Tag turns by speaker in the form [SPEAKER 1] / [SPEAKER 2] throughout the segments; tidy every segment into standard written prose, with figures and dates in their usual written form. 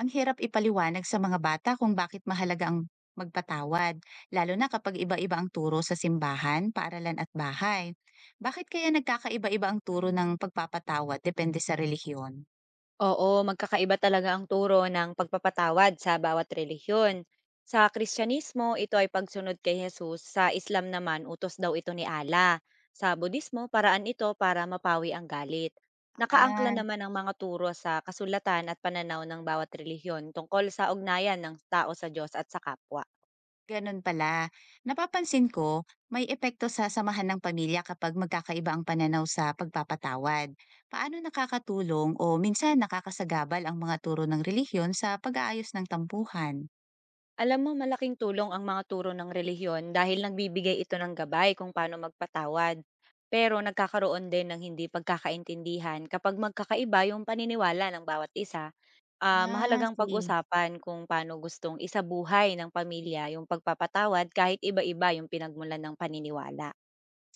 [SPEAKER 1] Ang hirap ipaliwanag sa mga bata kung bakit mahalaga ang magpatawad, lalo na kapag iba-iba ang turo sa simbahan, paaralan at bahay. Bakit kaya nagkakaiba-iba ang turo ng pagpapatawad depende sa relihiyon?
[SPEAKER 2] Oo, magkakaiba talaga ang turo ng pagpapatawad sa bawat relihiyon. Sa Kristyanismo, ito ay pagsunod kay Jesus. Sa Islam naman, utos daw ito ni Allah. Sa Budismo, paraan ito para mapawi ang galit. Nakaangkla
[SPEAKER 1] Ah,
[SPEAKER 2] naman ang mga turo sa kasulatan at pananaw ng bawat relihiyon tungkol sa ugnayan ng tao sa Diyos at sa kapwa.
[SPEAKER 1] ganun pala. Napapansin ko, may epekto sa samahan ng pamilya kapag magkakaiba ang pananaw sa pagpapatawad. Paano nakakatulong o minsan nakakasagabal ang mga turo ng relihiyon sa pag-aayos ng tampuhan?
[SPEAKER 2] Alam mo malaking tulong ang mga turo ng relihiyon dahil nagbibigay ito ng gabay kung paano magpatawad. Pero nagkakaroon din ng hindi pagkakaintindihan kapag magkakaiba yung paniniwala ng bawat isa. Ah,
[SPEAKER 1] Ah,
[SPEAKER 2] mahalagang
[SPEAKER 1] sige.
[SPEAKER 2] pag-usapan kung paano gustong isabuhay ng pamilya yung pagpapatawad kahit iba-iba yung pinagmulan ng paniniwala.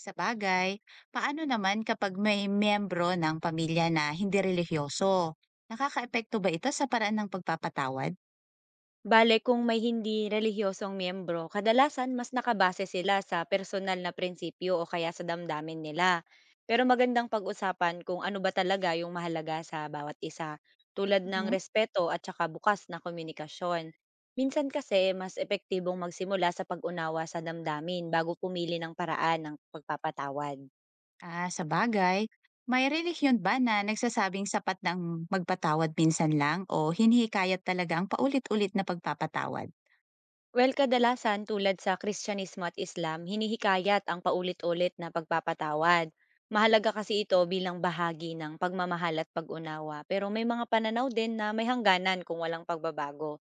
[SPEAKER 1] Sa sabagay, paano naman kapag may miyembro ng pamilya na hindi relihiyoso? Nakakaepekto ba ito sa paraan ng pagpapatawad?
[SPEAKER 2] Bale kung may hindi relihiyosong miyembro, kadalasan mas nakabase sila sa personal na prinsipyo o kaya sa damdamin nila. Pero magandang pag-usapan kung ano ba talaga yung mahalaga sa bawat isa, tulad ng
[SPEAKER 1] Mhm.
[SPEAKER 2] respeto at saka bukas na komunikasyon. Minsan kasi mas epektibong magsimula sa pag-unawa sa damdamin bago pumili ng paraan ng pagpapatawad.
[SPEAKER 1] Ah, sabagay. May relihiyon ba na nagsasabing sapat ng magpatawad minsan lang o hinihikayat talaga ang paulit-ulit na pagpapatawad?
[SPEAKER 2] Well, kadalasan tulad sa Kristyanismo at Islam, hinihikayat ang paulit-ulit na pagpapatawad. Mahalaga kasi ito bilang bahagi ng pagmamahal at pag-unawa. Pero may mga pananaw din na may hangganan kung walang pagbabago.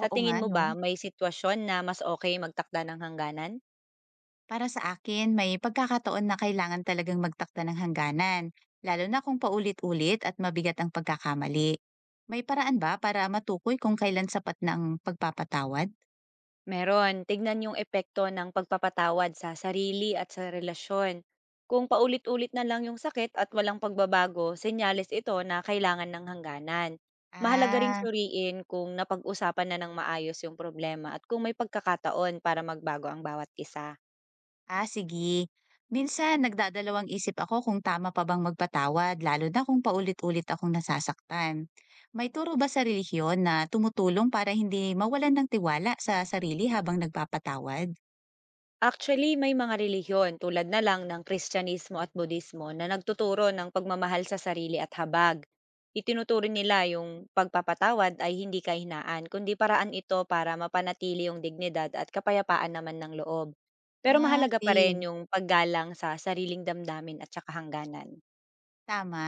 [SPEAKER 2] Sa
[SPEAKER 1] Oo nga,
[SPEAKER 2] tingin mo
[SPEAKER 1] no?
[SPEAKER 2] ba, may sitwasyon na mas okay magtakda ng hangganan?
[SPEAKER 1] Para sa akin, may pagkakataon na kailangan talagang magtakda ng hangganan, lalo na kung paulit-ulit at mabigat ang pagkakamali. May paraan ba para matukoy kung kailan sapat na ang pagpapatawad?
[SPEAKER 2] Meron, tignan yung epekto ng pagpapatawad sa sarili at sa relasyon. Kung paulit-ulit na lang yung sakit at walang pagbabago, senyales ito na kailangan ng hangganan. Mahalaga ring
[SPEAKER 1] Ah,
[SPEAKER 2] suriin kung napag-usapan na ng maayos yung problema at kung may pagkakataon para magbago ang bawat isa.
[SPEAKER 1] ah, sige. Minsan, nagdadalawang isip ako kung tama pa bang magpatawad, lalo na kung paulit-ulit akong nasasaktan. May turo ba sa relihiyon na tumutulong para hindi mawalan ng tiwala sa sarili habang nagpapatawad?
[SPEAKER 2] Actually, may mga relihiyon tulad na lang ng Kristyanismo at Budismo na nagtuturo ng pagmamahal sa sarili at habag. Itinuturo nila yung pagpapatawad ay hindi kahinaan, kundi paraan ito para mapanatili yung dignidad at kapayapaan naman ng loob. Pero
[SPEAKER 1] Ah,
[SPEAKER 2] mahalaga pa
[SPEAKER 1] sige.
[SPEAKER 2] rin yung paggalang sa sariling damdamin at saka hangganan.
[SPEAKER 1] Tama.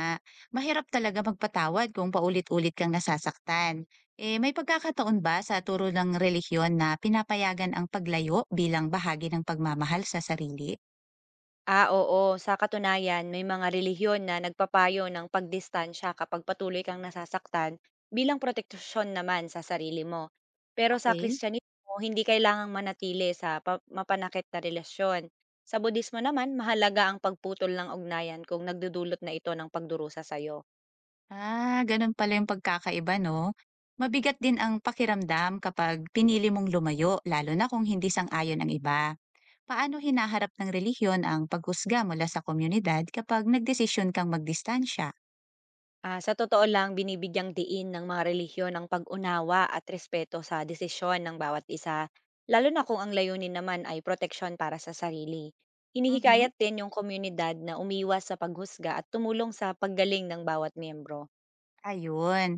[SPEAKER 1] Mahirap talaga magpatawad kung paulit-ulit kang nasasaktan. Eh, may pagkakataon ba sa turo ng relihiyon na pinapayagan ang paglayo bilang bahagi ng pagmamahal sa sarili?
[SPEAKER 2] Ah, oo. Sa katunayan, may mga relihiyon na nagpapayo ng pagdistansya kapag patuloy kang nasasaktan bilang proteksyon naman sa sarili mo. Pero sa
[SPEAKER 1] Okay.
[SPEAKER 2] Kristyanismo, hindi kailangang manatili sa mapanakit na relasyon. Sa Budismo naman, mahalaga ang pagputol ng ugnayan kung nagdudulot na ito ng pagdurusa sa'yo.
[SPEAKER 1] Ah, ganun pala yung pagkakaiba, no? Mabigat din ang pakiramdam kapag pinili mong lumayo, lalo na kung hindi sang-ayon ang iba. Paano hinaharap ng relihiyon ang paghusga mula sa komunidad kapag nagdesisyon kang magdistansya?
[SPEAKER 2] Ah, sa totoo lang, binibigyang diin ng mga relihiyon ang pag-unawa at respeto sa desisyon ng bawat isa, lalo na kung ang layunin naman ay proteksyon para sa sarili.
[SPEAKER 1] Mhm.
[SPEAKER 2] Hinihikayat din yung komunidad na umiwas sa paghusga at tumulong sa paggaling ng bawat miyembro.
[SPEAKER 1] Ayun.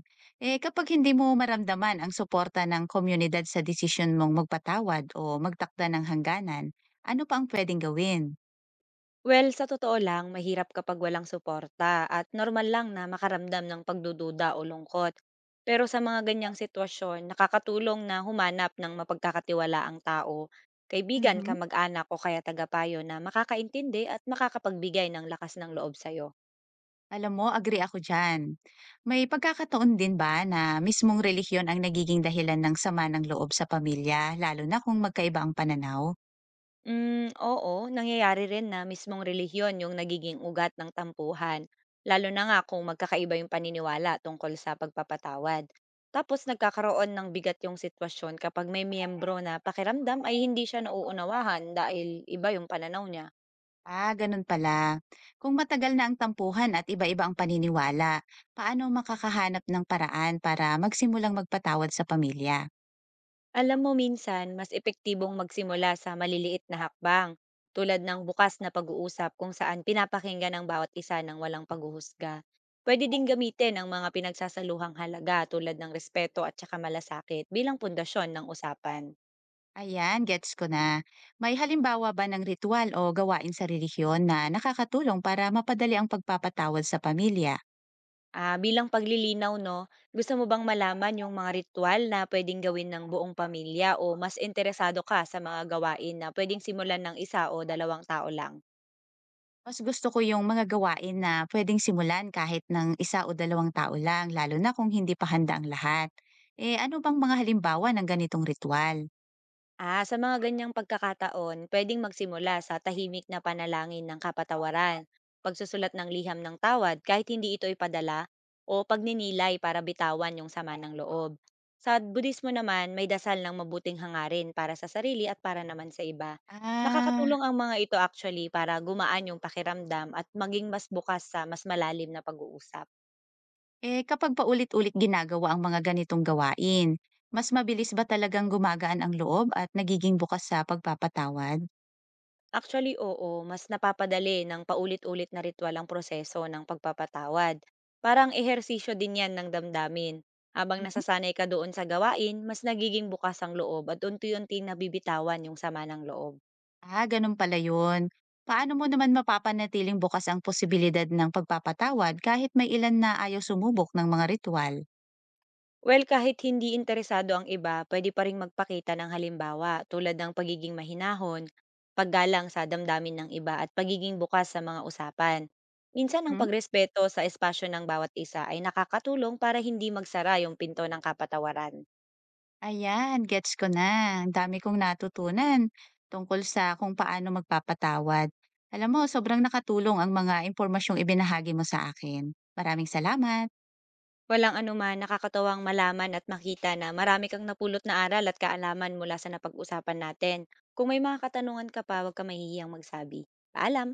[SPEAKER 1] Eh, kapag hindi mo maramdaman ang suporta ng komunidad sa desisyon mong magpatawad o magtakda ng hangganan, ano pa ang pwedeng gawin?
[SPEAKER 2] Well, sa totoo lang, mahirap kapag walang suporta at normal lang na makaramdam ng pagdududa o lungkot. Pero sa mga ganyang sitwasyon, nakakatulong na humanap ng mapagkakatiwalaang tao, kaibigan ka
[SPEAKER 1] Mhm.
[SPEAKER 2] mag-anak o kaya tagapayo na makakaintindi at makakapagbigay ng lakas ng loob sa'yo.
[SPEAKER 1] Alam mo, agree ako dyan. May pagkakataon din ba na mismong relihiyon ang nagiging dahilan ng sama ng loob sa pamilya, lalo na kung magkaiba ang pananaw?
[SPEAKER 2] Hmm, oo, nangyayari rin na mismong relihiyon yung nagiging ugat ng tampuhan, lalo na nga kung magkakaiba yung paniniwala tungkol sa pagpapatawad. Tapos nagkakaroon ng bigat yung sitwasyon kapag may miyembro na pakiramdam ay hindi siya nauunawahan dahil iba yung pananaw niya.
[SPEAKER 1] Ah, ganun pala. Kung matagal na ang tampuhan at iba-iba ang paniniwala, paano makakahanap ng paraan para magsimulang magpatawad sa pamilya?
[SPEAKER 2] Alam mo minsan, mas epektibong magsimula sa maliliit na hakbang, tulad ng bukas na pag-uusap kung saan pinapakinggan ang bawat isa ng walang paghuhusga. Pwede ding gamitin ang mga pinagsasaluhang halaga tulad ng respeto at saka malasakit bilang pundasyon ng usapan.
[SPEAKER 1] Ayan, gets ko na. May halimbawa ba ng ritual o gawain sa relihiyon na nakakatulong para mapadali ang pagpapatawad sa pamilya?
[SPEAKER 2] Ah, bilang paglilinaw, no, gusto mo bang malaman yung mga ritual na pwedeng gawin ng buong pamilya o mas interesado ka sa mga gawain na pwedeng simulan ng isa o dalawang tao lang?
[SPEAKER 1] Mas gusto ko yung mga gawain na pwedeng simulan kahit ng isa o dalawang tao lang, lalo na kung hindi pa handa ang lahat. Eh ano bang mga halimbawa ng ganitong ritual?
[SPEAKER 2] Ah, sa mga ganyang pagkakataon, pwedeng magsimula sa tahimik na panalangin ng kapatawaran, pagsusulat ng liham ng tawad kahit hindi ito ipadala, o pagninilay para bitawan yung sama ng loob. Sa Budismo naman, may dasal ng mabuting hangarin para sa sarili at para naman sa iba.
[SPEAKER 1] Ah,
[SPEAKER 2] Nakakatulong ang mga ito actually para gumaan yung pakiramdam at maging mas bukas sa mas malalim na pag-uusap.
[SPEAKER 1] eh kapag paulit-ulit ginagawa ang mga ganitong gawain, mas mabilis ba talagang gumagaan ang loob at nagiging bukas sa pagpapatawad?
[SPEAKER 2] Actually, oo. Mas napapadali ng paulit-ulit na ritual ang proseso ng pagpapatawad. Parang ehersisyo din yan ng damdamin. Habang nasasanay ka doon sa gawain, mas nagiging bukas ang loob at unti-unti nabibitawan yung sama ng loob.
[SPEAKER 1] Ah, ganun pala yun. Paano mo naman mapapanatiling bukas ang posibilidad ng pagpapatawad kahit may ilan na ayaw sumubok ng mga ritual?
[SPEAKER 2] Well, kahit hindi interesado ang iba, pwede pa ring magpakita ng halimbawa tulad ng pagiging mahinahon, paggalang sa damdamin ng iba at pagiging bukas sa mga usapan. Minsan ang
[SPEAKER 1] Hmm?
[SPEAKER 2] pagrespeto sa espasyo ng bawat isa ay nakakatulong para hindi magsara yung pinto ng kapatawaran.
[SPEAKER 1] Ayan, gets ko na. Ang dami kong natutunan tungkol sa kung paano magpapatawad. Alam mo, sobrang nakatulong ang mga impormasyong ibinahagi mo sa akin. Maraming salamat.
[SPEAKER 2] Walang anuman, nakakatawang malaman at makita na marami kang napulot na aral at kaalaman mula sa napag-usapan natin. Kung may mga katanungan ka pa, huwag ka mahihiyang magsabi. Paalam!